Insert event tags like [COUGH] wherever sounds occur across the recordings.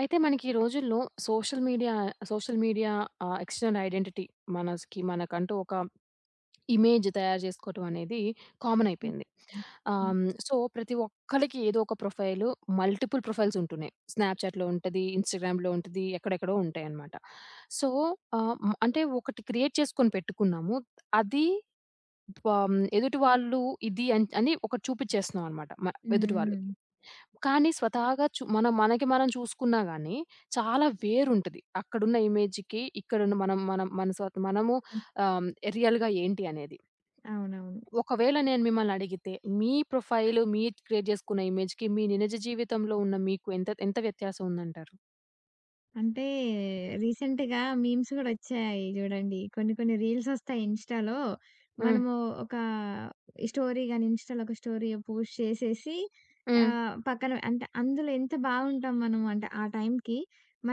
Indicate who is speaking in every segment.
Speaker 1: అయితే మనకి ఈ రోజుల్లో social media social media external identity మనస్‌కి మనకంటూ ఒక ఇమేజ్ తయారు చేసుకోవటం అనేది కామన్
Speaker 2: హ్మ్.
Speaker 1: అయిపోయింది. ఆహ్,
Speaker 2: హ్మ్.
Speaker 1: హ్మ్. సో, ప్రతి ఒక్కళ్ళకి ఏదో ఒక ప్రొఫైలు, మల్టిపుల్ ప్రొఫైల్స్ ఉంటున్నాయి. స్నాప్‌చాట్‌లో ఉంటది, ఇన్‌స్టాగ్రామ్‌లో ఉంటది, ఎక్కడెక్కడో ఉంటాయన్నమాట. సో, ఆహ్, హ్మ్. అంటే ఒకటి క్రియేట్ చేసుకొని పెట్టుకున్నాము. అది ప ఎదుటి వాళ్ళు ఇది అని ఒకటి చూపించేస్తున్నాం అన్నమాట. ఎదుటి వాళ్ళకి.
Speaker 2: హ్మ్.
Speaker 1: కానీ స్వతహాగా మనం మనకి మనం చూసుకున్నా గానీ, చాలా వేరుంటది. అక్కడున్న ఇమేజ్‌కి, ఇక్కడున్న మనం మనం మన మనము
Speaker 2: హ్మ్.
Speaker 1: ఆహ్, రియల్‌గా ఏంటి అనేది.
Speaker 2: అవునవును.
Speaker 1: ఒకవేళ నేను మిమ్మల్ని అడిగితే, మీ ప్రొఫైల్ మీరు క్రియేట్ చేసుకున్న ఇమేజ్‌కి, మీ నిజ జీవితంలో ఉన్న మీకు ఎంత ఎంత వ్యత్యాసం ఉందంటారు?
Speaker 2: అంటే రీసెంట్‌గా మీమ్స్ గూడా ఒచ్చాయి జూడండి. కొన్ని కొన్ని రీల్స్ ఒస్తాయి ఇన్‌స్టాలో.
Speaker 1: హ్మ్.
Speaker 2: మనము ఒక స్టోరీ గాని, ఇన్‌స్టాలో ఒక స్టోరీ పోస్ట్ చేసేసి
Speaker 1: హ్మ్.
Speaker 2: పక్కన అంటే అందులో ఎంత బాగుంటాం మనం అంటే ఆ టైంకి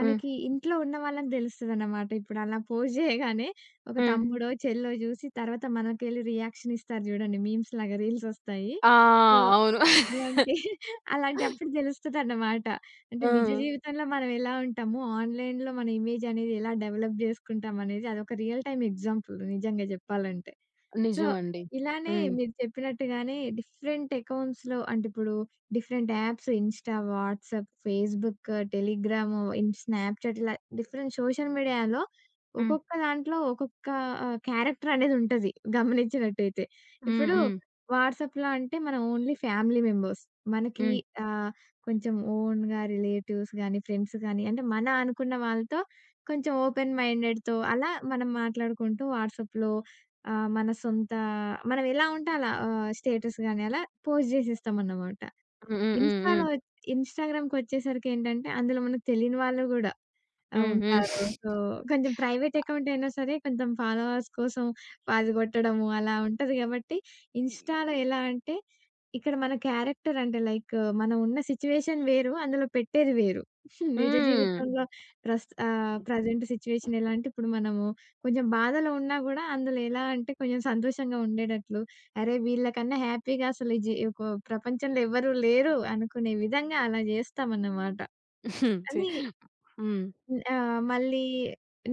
Speaker 1: హ్మ్.
Speaker 2: ఇంట్లో ఉన్న వాళ్ళకి దెలుస్తదనమాట. ఇప్పుడు అలా పోస్ట్ జేయగానే ఒక
Speaker 1: హ్మ్.
Speaker 2: తమ్ముడో, చెల్లో జూసి తర్వాత మనకెళ్ళి రియాక్షన్ ఇస్తారు జూడండి. మీమ్స్ లాగా రీల్స్ ఒస్తాయి.
Speaker 1: ఆ!
Speaker 2: సో,
Speaker 1: అవును.
Speaker 2: అలాంటి [LAUGHS] అలాంటప్పుడు దెలుస్తదన్నమాట. అంటే
Speaker 1: ఆ!
Speaker 2: నిజ జీవితంలో మనం ఎలా ఉంటామో, ఆన్‌లైన్‌లో మన ఇమేజ్ అనేది ఎలా డెవలప్ జేసుకుంటాం అనేది అదొక రియల్ టైమ్ ఎగ్జాంపుల్ నిజంగా జెప్పాలంటే. సో,
Speaker 1: నిజమండి.
Speaker 2: ఇలానే
Speaker 1: హ్మ్.
Speaker 2: మీరు చెప్పినట్టుగానే డిఫరెంట్ అకౌంట్స్‌లో అంటే ఇప్పుడు different apps Insta, WhatsApp, Facebook, Telegram, Snapchat ఇలా డిఫరెంట్ సోషల్ మీడియాలో
Speaker 1: హ్మ్.
Speaker 2: ఒక్కొక్క దాంట్లో ఒక్కొక్క క్యారెక్టర్ అనేది ఉంటది గమనించినట్టయితే.
Speaker 1: హ్మ్.
Speaker 2: ఇప్పుడు
Speaker 1: హ్మ్.
Speaker 2: వాట్సాప్‌లో అంటే మనం ఓన్లీ ఫ్యామిలీ మెంబర్స్. మనకి
Speaker 1: హ్మ్.
Speaker 2: ఆహ్, కొంచెం ఓన్‌గా రిలేటివ్స్ గానీ, ఫ్రెండ్స్ గానీ అంటే మన అనుకున్న వాళ్ళతో కొంచెం ఓపెన్ మైండెడ్‌తో అలా మనం మాట్లాడుకుంటూ వాట్సాప్‌లో ఆ! మన సొంత మనమెలా ఉంటే అలా స్టేటస్ గాని అలా పోస్ట్ జేసేస్తామన్నమాట.
Speaker 1: హ్మ్. హ్మ్.
Speaker 2: ఇన్‌స్టాలో
Speaker 1: హ్మ్.
Speaker 2: ఇన్‌స్టాగ్రామ్‌కొచ్చేసరికేంటంటే అందులో మనకు తెలియని వాళ్ళు గూడా ఆ!
Speaker 1: హ్మ్. హ్మ్. హ్మ్.
Speaker 2: ఉంటారు. సో, కొంచెం ప్రైవేట్ అకౌంట్ అయినా సరే కొంచెం ఫాలోవర్స్ కోసం అది గొట్టడము అలా ఉంటది గాబట్టి, ఇన్‌స్టాలో ఎలా అంటే, ఇక్కడ మన క్యారెక్టర్ అంటే లైక్ మనం ఉన్న సిట్యుయేషన్ వేరు. అందులో పెట్టేది వేరు. నిజ
Speaker 1: హ్మ్.
Speaker 2: జీవితంలో ప్రజెంట్ సిట్యుయేషన్ ఎలా అంటే, ఇప్పుడు మనము కొంచెం బాధలో ఉన్నా గూడా అందులో ఎలా అంటే కొంచెం సంతోషంగా ఉండేటట్లు, అరే! వీళ్ళకన్నా హ్యాపీగా అసలు ఈ జీ ఒక ప్రపంచంలో ఎవ్వరు లేరు అనుకునే విధంగా అలా జేస్తామన్నమాట.
Speaker 1: [LAUGHS] హ్మ్.
Speaker 2: కానీ
Speaker 1: హ్మ్.
Speaker 2: ఆ! మళ్ళీ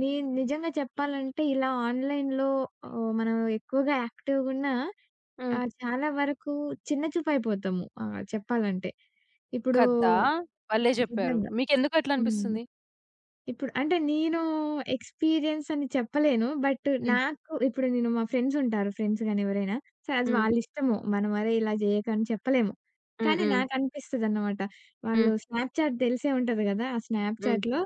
Speaker 2: నీ నిజంగా చెప్పాలంటే ఇలా ఆన్‌లైన్‌లో మనం ఎక్కువగా యాక్టివ్‌గున్నా
Speaker 1: హ్మ్.
Speaker 2: చాలా వరకు చిన్న చూపు అయిపోతాము. ఆహ్, చెప్పాలంటే. ఇప్పుడు
Speaker 1: కదా! భలే జెప్పారు.
Speaker 2: నిజంగా.
Speaker 1: మీకెందుకు అట్లా
Speaker 2: హ్మ్.
Speaker 1: అనిపిస్తుంది?
Speaker 2: ఇప్పుడు అంటే నేను ఎక్స్‌పీరియన్స్ అని చెప్పలేను. బట్
Speaker 1: హ్మ్.
Speaker 2: నాకు ఇప్పుడు నేను మా ఫ్రెండ్స్ ఉంటారు. ఫ్రెండ్స్ గాని ఎవరైనా. సరే అది
Speaker 1: హ్మ్.
Speaker 2: వాళ్ళిష్టము. మనం అరే ఇలా చేయకు అని చెప్పలేము.
Speaker 1: హ్మ్.
Speaker 2: కానీ
Speaker 1: హ్మ్.
Speaker 2: నాకనిపిస్తదన్నమాట. వాళ్ళు
Speaker 1: హ్మ్.
Speaker 2: స్నాప్‌చాట్ తెలిసే ఉంటది గదా! ఆ
Speaker 1: హ్మ్.
Speaker 2: స్నాప్‌చాట్‌లో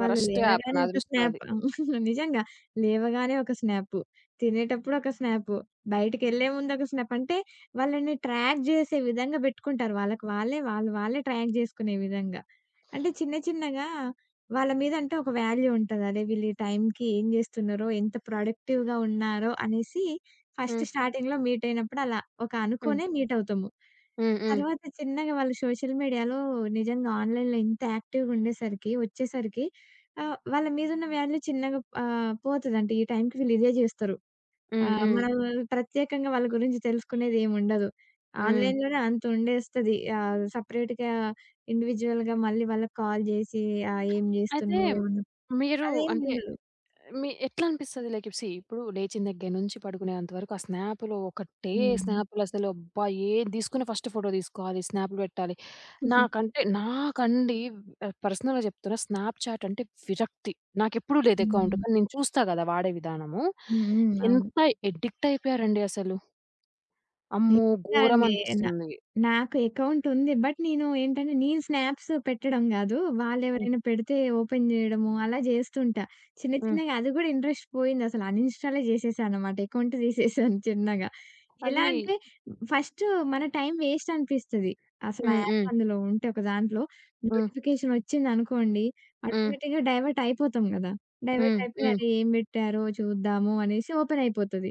Speaker 2: వాళ్ళు
Speaker 1: వరస్ట్ యాప్
Speaker 2: లేవగానే
Speaker 1: నా
Speaker 2: ఒక
Speaker 1: దృష్టిలో అది.
Speaker 2: స్నాప్ [LAUGHS] నిజంగా లేవగానే ఒక స్నాపు, తినేటప్పుడు ఒక స్నాపు, బయటికెళ్ళే ముందు ఒక స్నాప్. అంటే వాళ్ళని ట్రాక్ చేసే విధంగా పెట్టుకుంటారు. వాళ్ళు వాళ్ళే ట్రాక్ చేసుకునే విధంగా. అంటే చిన్న చిన్నగా వాళ్ళ మీద అంటే ఒక వాల్యూ ఉంటది. అరే! వీళ్ళు ఈ టైంకి ఏం జేస్తున్నారో, ఎంత ప్రొడక్టివ్‌గా ఉన్నారో అనేసి ఫస్ట్
Speaker 1: హ్మ్.
Speaker 2: స్టార్టింగ్‌లో మీట్ అయినప్పుడు అలా ఒక
Speaker 1: హ్మ్.
Speaker 2: అనుకోనే మీట్ అవుతాము.
Speaker 1: హ్మ్. హ్మ్.
Speaker 2: తర్వాత చిన్నగా వాళ్ళు సోషల్ మీడియాలో నిజంగా ఆన్‌లైన్‌లో ఇంత యాక్టివ్‌గా ఉండేసరికి, వచ్చేసరికి వాళ్ళ మీదున్న వాల్యూ చిన్నగా పోతది. అంటే ఈ టైంకి వీళ్ళు ఇదే జేస్తారు. ఆ!
Speaker 1: హ్మ్. హ్మ్.
Speaker 2: మనం ప్రత్యేకంగా వాళ్ళ గురించి తెలుసుకునేదేముండదు.
Speaker 1: హ్మ్.
Speaker 2: ఆన్‌లైన్‌లోనే అంతుండేస్తది. ఆహ్, సెపరేట్‌గా ఇండివిడ్యుయల్‌గా మళ్ళీ వాళ్ళకి కాల్ జేసి ఏం
Speaker 1: అయితే
Speaker 2: జేస్తున్నావు? ఏమన్నా
Speaker 1: మీరు అంటే
Speaker 2: అదేముండదు.
Speaker 1: మీ ఎట్లా అనిపిస్తది? లైక్ సీ ఇప్పుడు లేచిన దగ్గర నుంచి పడుకునేంత వరకు ఆ స్నాప్‌లు ఒకటే
Speaker 2: హ్మ్.
Speaker 1: స్నాప్‌లసలు అబ్బా! ఏది తీసుకున్న ఫస్ట్ ఫోటో తీసుకోవాలి. స్నాప్‌లు పెట్టాలి.
Speaker 2: [LAUGHS]
Speaker 1: నాకండి పర్సనల్‌గా చెప్తున్నా స్నాప్‌చాట్ అంటే విరక్తి. నాకెప్పుడూ లేదు అకౌంట్.
Speaker 2: హ్మ్.
Speaker 1: కానీ నేను చూస్తా కదా! వాడే విధానము.
Speaker 2: హ్మ్. హ్మ్. అవును.
Speaker 1: ఎంత ఎడిక్ట్ అయిపోయారండి అసలు. అమ్మో!
Speaker 2: నిజంగా బట్
Speaker 1: ఘోరం
Speaker 2: అండి. నా
Speaker 1: అనిపిస్తుంది.
Speaker 2: నాకు అకౌంట్ ఉంది. బట్ నేను ఏంటంటే నేను స్నాప్స్ పెట్టడం గాదు.
Speaker 1: హ్మ్.
Speaker 2: వాళ్ళెవరైనా పెడితే ఓపెన్ జేయడము అలా జేస్తుంటా. చిన్న
Speaker 1: హ్మ్.
Speaker 2: చిన్నగా అది గూడా ఇంట్రెస్ట్ పోయిందసలు అన్‌ఇన్‌స్టాలే జేసేసానన్నమాట. అకౌంట్ తీసేసాను చిన్నగా. ఎలా
Speaker 1: అది
Speaker 2: అంటే ఫస్టు మన టైం వేస్ట్ అనిపిస్తది. అసలు ఆ
Speaker 1: హ్మ్.
Speaker 2: యాప్
Speaker 1: హ్మ్.
Speaker 2: అందులో ఉంటే ఒక దాంట్లో
Speaker 1: హ్మ్.
Speaker 2: నోటిఫికేషన్ వచ్చిందనుకోండి
Speaker 1: హ్మ్.
Speaker 2: ఆటోమేటిక్‌గా డైవర్ట్ అయిపోతాం గదా! డైవర్ట్
Speaker 1: హ్మ్.
Speaker 2: అయిపోయి
Speaker 1: హ్మ్.
Speaker 2: అరే! ఏం బెట్టారో చూద్దాము అనేసి ఓపెన్ అయిపోతది.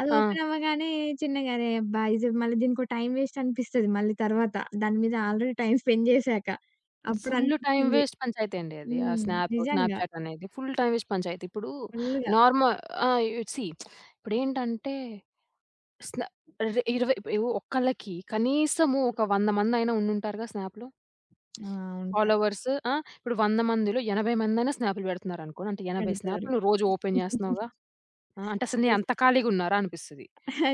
Speaker 2: అది
Speaker 1: ఆ!
Speaker 2: ఓపెన్ అవ్వగానే చిన్నగా అరే అబ్బా! ఇది మళ్ళీ దీనికో టైమ్ వేస్ట్ అనిపిస్తది మళ్ళీ తర్వాత. దాని మీద ఆల్రెడీ టైమ్ స్పెండ్ చేశాక. అప్పుడు
Speaker 1: ఫుల్లు టైమ్
Speaker 2: అనిపించింది.
Speaker 1: వేస్ట్ పంచాయతీ అండి అది. ఆ
Speaker 2: హ్మ్. నిజంగా
Speaker 1: స్నాప్‌చాట్ అనేది ఫుల్ టైమ్ వేస్ట్ పంచాయతీ. ఇప్పుడు
Speaker 2: ఫుల్లుగా.
Speaker 1: నార్మ ఆహ్, సీ ఇప్పుడేంటంటే స్నా రె 20 ఒక్కళ్ళకి కనీసము ఒక 100 మందైనా ఉండుంటారుగా స్నాప్‌లో.
Speaker 2: ఆ! ఉంటారు.
Speaker 1: ఫాలోవర్స్ ఆ! ఇప్పుడు 100 మందిలో 80 మందైనా స్నాప్‌లు పెడుతున్నారనుకో. అంటే 80
Speaker 2: పెడతారు.
Speaker 1: స్నాప్‌లు నువ్వు రోజు ఓపెన్ చేస్తున్నావుగా. ఆ! అంటే అసలు నేను అంత ఖాళీగున్నారా అనిపిస్తది.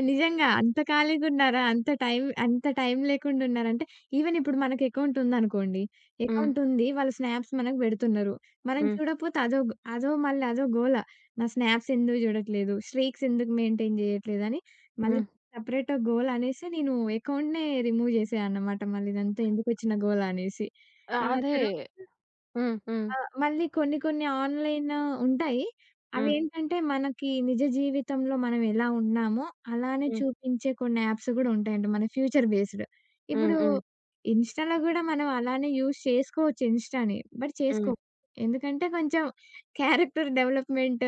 Speaker 2: నిజంగా. అంత ఖాళీగున్నారా? అంత టైం లేకుండా ఉన్నారంటే ఈవెన్ ఇప్పుడు మనకి అకౌంట్ ఉందనుకోండి.
Speaker 1: హ్మ్.
Speaker 2: అకౌంట్ ఉంది. వాళ్ళు స్నాప్స్ మనకు పెడుతున్నారు. మనం
Speaker 1: హ్మ్.
Speaker 2: చూడకపోతే అదో అదో మళ్ళీ అదో గోల. నా స్నాప్స్ ఎందుకు చూడట్లేదు? స్ట్రీక్స్ ఎందుకు మెయింటైన్ చేయట్లేదు? అని మళ్ళీ
Speaker 1: హ్మ్.
Speaker 2: సెపరేట్ గోల అనేసి నేను అకౌంట్‌నే రిమూవ్ చేసేయన్నమాట. మళ్ళీ ఇదంతా ఎందుకొచ్చిన గోల అనేసి.
Speaker 1: ఆ!
Speaker 2: ఆ
Speaker 1: అదే.
Speaker 2: తర్వాత
Speaker 1: హ్మ్. హ్మ్.
Speaker 2: ఆ! మళ్ళీ కొన్ని కొన్ని ఆన్‌లైన్ ఉంటాయి.
Speaker 1: హ్మ్.
Speaker 2: అవేంటంటే మనకి నిజ జీవితంలో మనం ఎలా ఉన్నామో అలానే
Speaker 1: హ్మ్.
Speaker 2: చూపించే కొన్ని యాప్స్ గూడా ఉంటాయండి. మన ఫ్యూచర్ బేస్డ్.
Speaker 1: హ్మ్.
Speaker 2: ఇప్పుడు
Speaker 1: హ్మ్.
Speaker 2: ఇన్‌స్టా‌లో గూడా మనం అలానే యూజ్ చేసుకోవచ్చు ఇన్‌స్టా‌ని. బట్
Speaker 1: హ్మ్.
Speaker 2: చేసుకోం. ఎందుకంటే కొంచెం క్యారెక్టర్ డెవలప్‌మెంట్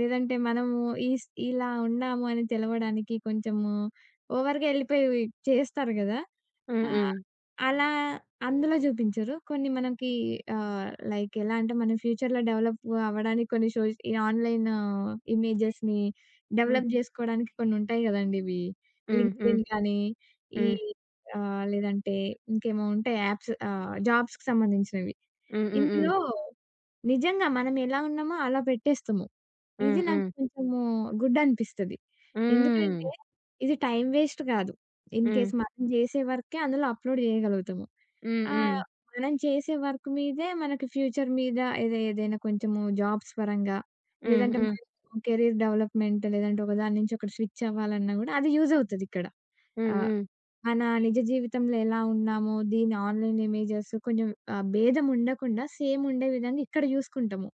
Speaker 2: లేదంటే మనము ఇలా ఉన్నాము అని తెలవడానికి కొంచెము ఓవర్‌గా ఎళ్ళిపోయి చేస్తారు గదా!
Speaker 1: హ్మ్.
Speaker 2: హ్మ్.
Speaker 1: హ్మ్.
Speaker 2: ఆహ్, అలా అందులో జూపించరు. కొన్ని మనకి లైక్ ఎలా అంటే మనం ఫ్యూచర్‌లో డెవలప్ అవ్వడానికి కొన్ని షోస్ ఈ ఆన్‌లైన్ ఇమేజెస్‌ని
Speaker 1: హ్మ్.
Speaker 2: డెవలప్ జేసుకోవడానికి కొన్నుంటాయి గదండీ! ఇవి.
Speaker 1: హ్మ్. హ్మ్.
Speaker 2: లింక్డ్ఇన్ గానీ, ఈ
Speaker 1: హ్మ్.
Speaker 2: లేదంటే ఇంకేమో ఉంటాయి యాప్స్ జాబ్స్‌కి సంబంధించినవి.
Speaker 1: Ừm, ừm, ừm.
Speaker 2: ఇందులో నిజంగా మనం ఎలా ఉన్నామో అలా పెట్టేస్తాము. ఇది
Speaker 1: Ừm,
Speaker 2: నాకు
Speaker 1: ừm.
Speaker 2: కొంచెము గుడ్ అనిపిస్తది. ఎందుకంటే
Speaker 1: Ừm.
Speaker 2: ఇది టైమ్ వేస్ట్ కాదు. In
Speaker 1: Ừm.
Speaker 2: కేస్ మనం చేసే వర్కే అందులో అప్‌లోడ్ చేయగలుగుతాము.
Speaker 1: Ừm,
Speaker 2: ఆహ్,
Speaker 1: ừm.
Speaker 2: మనం చేసే వర్క్ మీదే మనకి ఫ్యూచర్ మీద ఏదైనా కొంచెము జాబ్స్ పరంగా
Speaker 1: Ừm,
Speaker 2: లేదంటే
Speaker 1: ừm.
Speaker 2: మనము కెరీర్ డెవలప్‌మెంట్ లేదంటే ఒక దాని నుంచి ఒకటి స్విచ్ అవ్వాలన్నా గూడా అది యూజ్ అవుతది ఇక్కడ.
Speaker 1: Ừm,
Speaker 2: ఆహ్,
Speaker 1: ừm.
Speaker 2: మన నిజ జీవితంలో ఎలా ఉన్నామో దీని ఆన్‌లైన్ ఇమేజెస్ కొంచెం భేదం ఉండకుండా సేమ్ ఉండే విధంగా ఇక్కడ చూసుకుంటాము.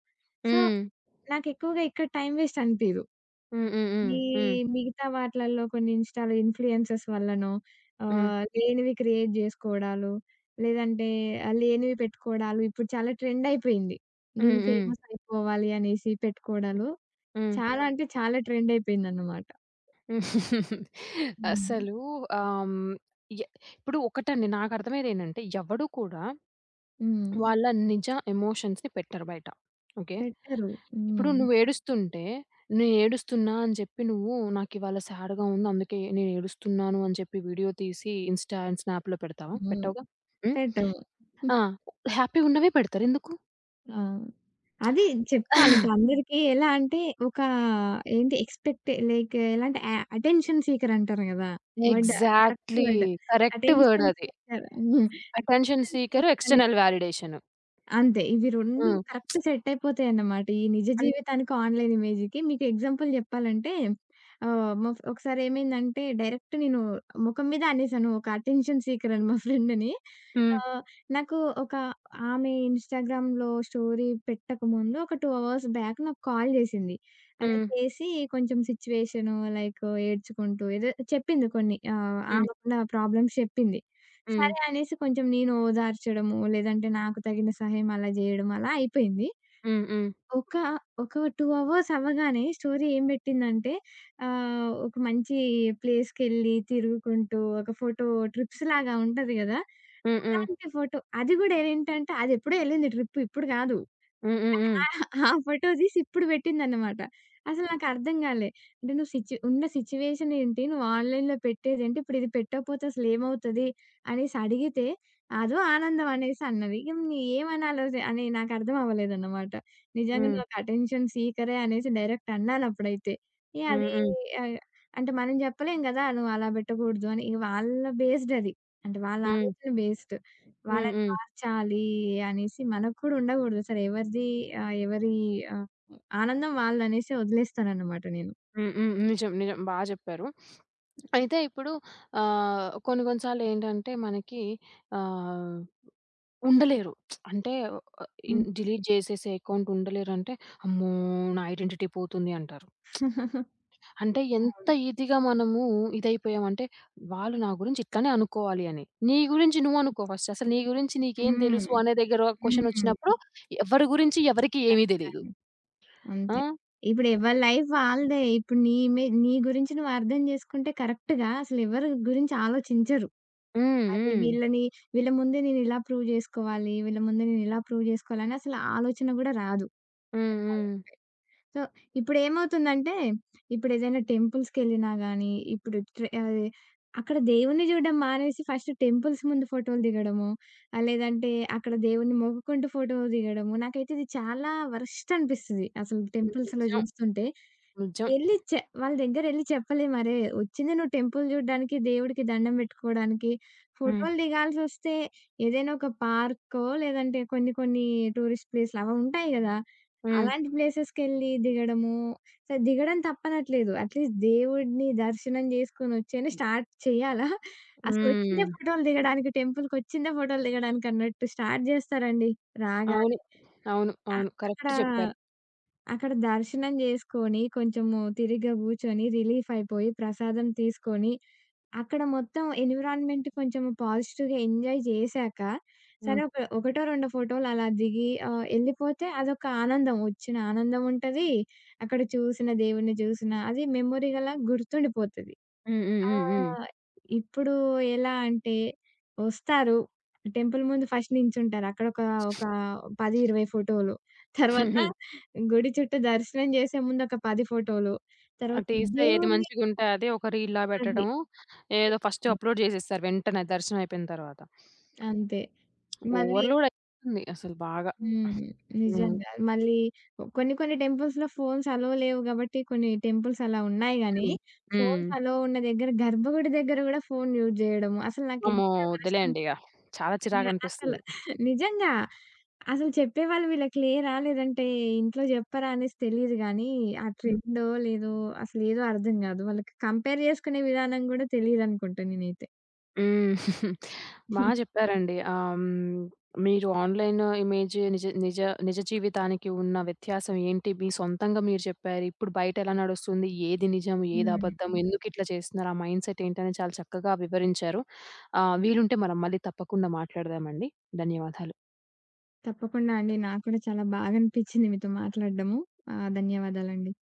Speaker 2: So,
Speaker 1: Ừm.
Speaker 2: నాకెక్కువగా ఇక్కడ టైమ్ వేస్ట్ అనిపియదు.
Speaker 1: Hm, మ్, మ్.
Speaker 2: ఈ
Speaker 1: మ్.
Speaker 2: మిగతా వాటిలల్లో కొన్ని ఇన్‌స్టా‌లో ఇన్‌ఫ్లుయెన్సర్స్ వల్లనో
Speaker 1: మ్.
Speaker 2: లేనివి క్రియేట్ జేసుకోవడాలు, లేదంటే లేనివి పెట్టుకోవడాలు ఇప్పుడు చాలా ట్రెండ్ అయిపోయింది.
Speaker 1: మ్,
Speaker 2: నేను
Speaker 1: మ్.
Speaker 2: ఫేమస్ అయిపోవాలి అనేసి
Speaker 1: మ్.
Speaker 2: పెట్టుకోవడాలు
Speaker 1: మ్.
Speaker 2: చాలా అంటే చాలా ట్రెండ్ అయిపోయిందన్నమాట.
Speaker 1: [LAUGHS]
Speaker 2: హ్మ్.
Speaker 1: అసలు ఆహ్, హ్మ్, య ఇప్పుడు ఒకటండి నాకర్థమయ్యేదేంటంటే ఎవడు కూడా
Speaker 2: హ్మ్.
Speaker 1: వాళ్ళ నిజ ఎమోషన్స్‌ని పెట్టరు బయట. ఓకే.
Speaker 2: పెట్టరు.
Speaker 1: ఇప్పుడు
Speaker 2: హ్మ్.
Speaker 1: నువ్వేడుస్తుంటే, నేనేడుస్తున్నా అని చెప్పి నువ్వు నాకివాళ సాడ్‌గా ఉంది అందుకే నేనేడుస్తున్నాను అని చెప్పి వీడియో తీసి ఇన్‌స్టా అండ్ స్నాప్‌లో పెడతావా?
Speaker 2: హ్మ్.
Speaker 1: పెట్టవుగా. హ్మ్.
Speaker 2: పెట్టము.
Speaker 1: ఆ! హ్యాపీగున్నవే పెడతారు. ఎందుకు?
Speaker 2: ఆ! అది చెప్పుకోవాలి. ఇప్పుడు అందరికీ ఎలా అంటే ఒక ఏంటి ఎక్స్‌పెక్ట్ లైక్ ఎలా అంటే అటెన్షన్ సీకర్ అంటారు గదా! Word correct
Speaker 1: exactly.
Speaker 2: Word.
Speaker 1: Correct word
Speaker 2: attention
Speaker 1: అది.
Speaker 2: Seeker. Hmm.
Speaker 1: Attention
Speaker 2: attention
Speaker 1: seeker,
Speaker 2: seeker అనే
Speaker 1: ఎక్స్‌టర్నల్ వాలిడేషన్.
Speaker 2: అంతే. ఇవి 2
Speaker 1: హ్మ్.
Speaker 2: కరెక్ట్ సెట్ అయిపోతాయన్నమాట. ఈ నిజ
Speaker 1: అన్
Speaker 2: జీవితానికి, ఆన్‌లైన్ ఇమేజ్‌కి. మీకు ఎగ్జాంపుల్ చెప్పాలంటే ఆహ్, మా ఫ్ ఒకసారి ఏమైందంటే డైరెక్ట్ నేను ముఖం మీద అనేసాను. ఒక అటెన్షన్ సీకర్ అని మా ఫ్రెండ్‌ని.
Speaker 1: హ్మ్.
Speaker 2: ఆహ్, నాకు ఒక ఆమె ఇన్‌స్టాగ్రామ్‌లో స్టోరీ పెట్టకముందు ఒక 2 అవర్స్ బ్యాక్ నాకు కాల్ చేసింది. అలా
Speaker 1: హ్మ్.
Speaker 2: చేసి కొంచెం సిట్యుయేషను లైక్ ఏడ్చుకుంటూ ఏదో చెప్పింది కొన్ని
Speaker 1: హ్మ్.
Speaker 2: ఆమెకున్న ప్రాబ్లమ్స్ చెప్పింది.
Speaker 1: హ్మ్.
Speaker 2: సరే అనేసి కొంచెం నేను ఓదార్చడము, లేదంటే నాకు తగిన సహాయం అలా జేయడం అలా అయిపోయింది.
Speaker 1: హ్మ్. హ్మ్.
Speaker 2: ఒక, ఒక 2 అవర్స్ అవ్వగానే స్టోరీ ఏం బెట్టిందంటే ఒక మంచి ప్లేస్‌కెళ్ళి తిరుగుకుంటూ ఒక ఫోటో ట్రిప్స్ లాగా ఉంటది గదా!
Speaker 1: హ్మ్. హ్మ్.
Speaker 2: అలాంటి ఫోటో. అది గూడా ఏంటంటే అదెప్పుడో ఎళ్ళింది ట్రిప్ ఇప్పుడు గాదు.
Speaker 1: హ్మ్. హ్మ్.
Speaker 2: ఆ! ఆ ఫోటో తీసి ఇప్పుడు పెట్టిందన్నమాట. అసలు నాకర్థం గాలే. అంటే నువ్వు ఉన్న సిట్యుయేషన్ ఏంటి? నువ్వు ఆన్‌లైన్‌లో పెట్టేదేంటి? ఇప్పుడు ఇది పెట్టకపోతే అసలు ఏమవుతది? అనేసి అడిగితే, అదో ఆనందం అనేసి అన్నది. ఇగ నీ ఏమనాలో అది అని నాకర్థం అవ్వలేదన్నమాట. నిజంగా
Speaker 1: హ్మ్.
Speaker 2: నువ్వు ఒక అటెన్షన్ సీకరే అనేసి డైరెక్ట్ అన్నానప్పుడైతే. ఇగ
Speaker 1: హ్మ్.
Speaker 2: అది
Speaker 1: హ్మ్. హ్మ్.
Speaker 2: ఆహ్, అంటే మనం చెప్పలేం గదా! నువ్వు అలా పెట్టకూడదు అని. ఇగ వాళ్ళ బేస్డ్ అది. అంటే వాళ్ళ
Speaker 1: హ్మ్.
Speaker 2: ఆలోచన బేస్డ్. వాళ్ళని
Speaker 1: హ్మ్.
Speaker 2: మార్చాలి అనేసి మనకు కూడా ఉండకూడదు. అసలు ఎవరి ఆహ్, ఆనందం వాళ్ళదనేసి వదిలేస్తానన్నమాట నేను.
Speaker 1: హ్మ్. హ్మ్. నిజం. నిజం. బా చెప్పారు. అయితే ఇప్పుడు కొన్ని కొన్ని సార్లేంటంటే మనకి ఆహ్, ఉండలేరు. అంటే
Speaker 2: హ్మ్.
Speaker 1: డిలీట్ జేసేసే అకౌంట్ ఉండలేరంటే, "అమ్మో! నా ఐడెంటిటీ పోతుంది" అంటారు. అంటే ఎంత
Speaker 2: అవును.
Speaker 1: ఈజీగా మనము ఇదైపోయామంటే, వాళ్ళు నా గురించి ఇట్లనే అనుకోవాలి అని. నీ గురించి నువ్వనుకో ఫస్ట్. అసలు నీ గురించి నీకేం
Speaker 2: హ్మ్.
Speaker 1: తెలుసు అనే దగ్గర
Speaker 2: హ్మ్.
Speaker 1: క్వెషనొచ్చినప్పుడు ఎవరి గురించి ఎవరికీ ఏమీ తెలీదు.
Speaker 2: అదే.
Speaker 1: ఆ!
Speaker 2: అంతే. ఇప్పుడు ఎవరి లైఫ్ వాళ్ళదే. ఇప్పుడు నీ గురించి నువ్వు అర్థం చేసుకుంటే కరెక్ట్‌గా అసలెవరి గురించి ఆలోచించరు.
Speaker 1: హ్మ్.
Speaker 2: అరే!
Speaker 1: హ్మ్.
Speaker 2: వీళ్ళ ముందే నేనిలా ప్రూవ్ జేసుకోవాలి. వీళ్ళ ముందే నేనిలా ప్రూవ్ జేసుకోవాలని అసలు ఆలోచన గూడా రాదు
Speaker 1: హ్మ్. హ్మ్.
Speaker 2: చెప్పాలంటే. సో, ఇప్పుడేమవుతుందంటే, ఇప్పుడేదైనా టెంపుల్స్‌కెళ్ళినా గానీ, ఇప్పుడు అక్కడ దేవుడిని జూడడం మానేసి ఫస్ట్ టెంపుల్స్ ముందు ఫోటోలు దిగడము, ఆహ్, లేదంటే అక్కడ దేవుడిని మొక్కుకుంటూ ఫోటో దిగడము. నాకైతే ఇది చాలా వరస్ట్ అనిపిస్తది. అసలు టెంపుల్స్‌లో
Speaker 1: నిజం.
Speaker 2: జూస్తుంటే.
Speaker 1: నిజం.
Speaker 2: ఎళ్లి చె వాళ్ళ దగ్గరెళ్లి చెప్పలేం, "అరే! వచ్చింది నువ్వు టెంపుల్ జూడడానికి, దేవుడికి దండం బెట్టుకోవడానికి.
Speaker 1: హ్మ్.
Speaker 2: ఫోటోలు దిగాల్సొస్తే ఏదైనా ఒక పార్కో, లేదంటే కొన్ని కొన్ని టూరిస్ట్ ప్లేస్‌లు అవవుంటాయి గదా!
Speaker 1: హ్మ్.
Speaker 2: అలాంటి ప్లేసెస్‌కెళ్ళి దిగడము, సరే దిగడం తప్పనట్లేదు. అట్‌లీస్ట్ దేవుడిని దర్శనం జేసుకొనొచ్చైనా స్టార్ట్ చెయ్యాలా? అసలొచ్చిందే
Speaker 1: హ్మ్.
Speaker 2: ఫోటోలు దిగడానికి, టెంపుల్‌కొచ్చిందే ఫోటోలు దిగడానికన్నట్టు స్టార్ట్ జేస్తారండి
Speaker 1: అవును.
Speaker 2: రాగానే.
Speaker 1: అవును.
Speaker 2: అ
Speaker 1: అవును.
Speaker 2: అక్కడ
Speaker 1: కరెక్ట్ చెప్పారు.
Speaker 2: అక్కడ దర్శనం జేసుకొని, కొంచెము తిరిగ్గా గూర్చొని రిలీఫ్ అయిపోయి, ప్రసాదం తీసుకొని, అక్కడ మొత్తం ఎన్విరాన్మెంట్ కొంచెం పాజిటివ్‌గా ఎంజాయ్ జేశాక, సరే
Speaker 1: హ్మ్.
Speaker 2: ఒక ఒకటో, రెండో ఫోటోలు అలా దిగి ఎళ్ళిపోతే అదొక ఆనందం. వచ్చిన ఆనందం ఉంటది. అక్కడ చూసిన దేవుడిని చూసిన అది మెమొరీగలా గుర్తుండిపోతది.
Speaker 1: హ్మ్. హ్మ్.
Speaker 2: ఆ!
Speaker 1: హ్మ్. హ్మ్.
Speaker 2: ఇప్పుడు ఎలా అంటే వస్తారు. టెంపుల్ ముందు ఫస్ట్ నించుంటారు. ఒక 10, 20 ఫోటోలు. తర్వాత
Speaker 1: [LAUGHS]
Speaker 2: గుడి చుట్టూ దర్శనం చేసే ముందు ఒక 10 ఫోటోలు.
Speaker 1: ఆ
Speaker 2: తర్వాత
Speaker 1: తీస్తే ఏది
Speaker 2: దేవుడిని
Speaker 1: మంచిగుంటే అది ఒక రీల్‌లా
Speaker 2: అది
Speaker 1: పెట్టడము. ఏదో ఫస్ట్
Speaker 2: పెట్టడము.
Speaker 1: అప్‌లోడ్ చేసేస్తారు వెంటనే దర్శనం అయిపోయిన తర్వాత.
Speaker 2: అంతే. మళ్ళీ
Speaker 1: ఓవర్‌లోడ్ అయిపోతుంది అసలు బాగా.
Speaker 2: హ్మ్.
Speaker 1: హ్మ్.
Speaker 2: నిజంగా. మళ్ళీ కొన్ని కొన్ని టెంపుల్స్‌లో ఫోన్స్ అలో లేవు కాబట్టి కొన్ని టెంపుల్స్ అలా ఉన్నాయి గానీ,
Speaker 1: హ్మ్.
Speaker 2: ఫోన్స్
Speaker 1: హ్మ్.
Speaker 2: అలో ఉన్న దగ్గర గర్భగుడి దగ్గర గూడా ఫోన్ యూజ్ జేయడము. అసలు నాకెంత
Speaker 1: అమ్మో!
Speaker 2: వరస్ట్
Speaker 1: వద్దులేండి
Speaker 2: అనిపిచ్చిందంటే
Speaker 1: ఇగ. చాలా
Speaker 2: యాహ్! అసలు
Speaker 1: చిరాకనిపిస్తుంది.
Speaker 2: నిజంగా. అసలు చెప్పేవాళ్ళు వీళ్ళకి లేరా? లేదంటే ఇంట్లో చెప్పరా? అనేసి తెలీదు గానీ, ఆ
Speaker 1: హ్మ్.
Speaker 2: ట్రెండో లేదో అసలేదో అర్థం గాదు. వాళ్ళకి కంపేర్ జేసుకునే విధానం గూడా తెలీదనుకుంటా నేనైతే.
Speaker 1: హ్మ్. బా చెప్పారండి. మీరు ఆన్‌లైన్ ఇమేజ్ నిజ నిజ నిజ జీవితానికి ఉన్న వ్యత్యాసం ఏంటి? మీ సొంతంగా మీరు చెప్పారు. ఇప్పుడు బయట ఎలా నడుస్తుంది? ఏది నిజం? ఏది
Speaker 2: హ్మ్.
Speaker 1: అబద్ధం? ఎందుకిట్లా చేస్తున్నారు? ఆ మైండ్‌సెట్ ఏంటని చాలా చక్కగా వివరించారు. వీలుంటే మనం మళ్ళీ తప్పకుండా మాట్లాడదామండి. ధన్యవాదాలు.
Speaker 2: తప్పకుండా అండి. నాకు కూడా చాలా బాగా అనిపిచ్చింది మీతో మాట్లాడడము. ఆహ్, ధన్యవాదాలండి.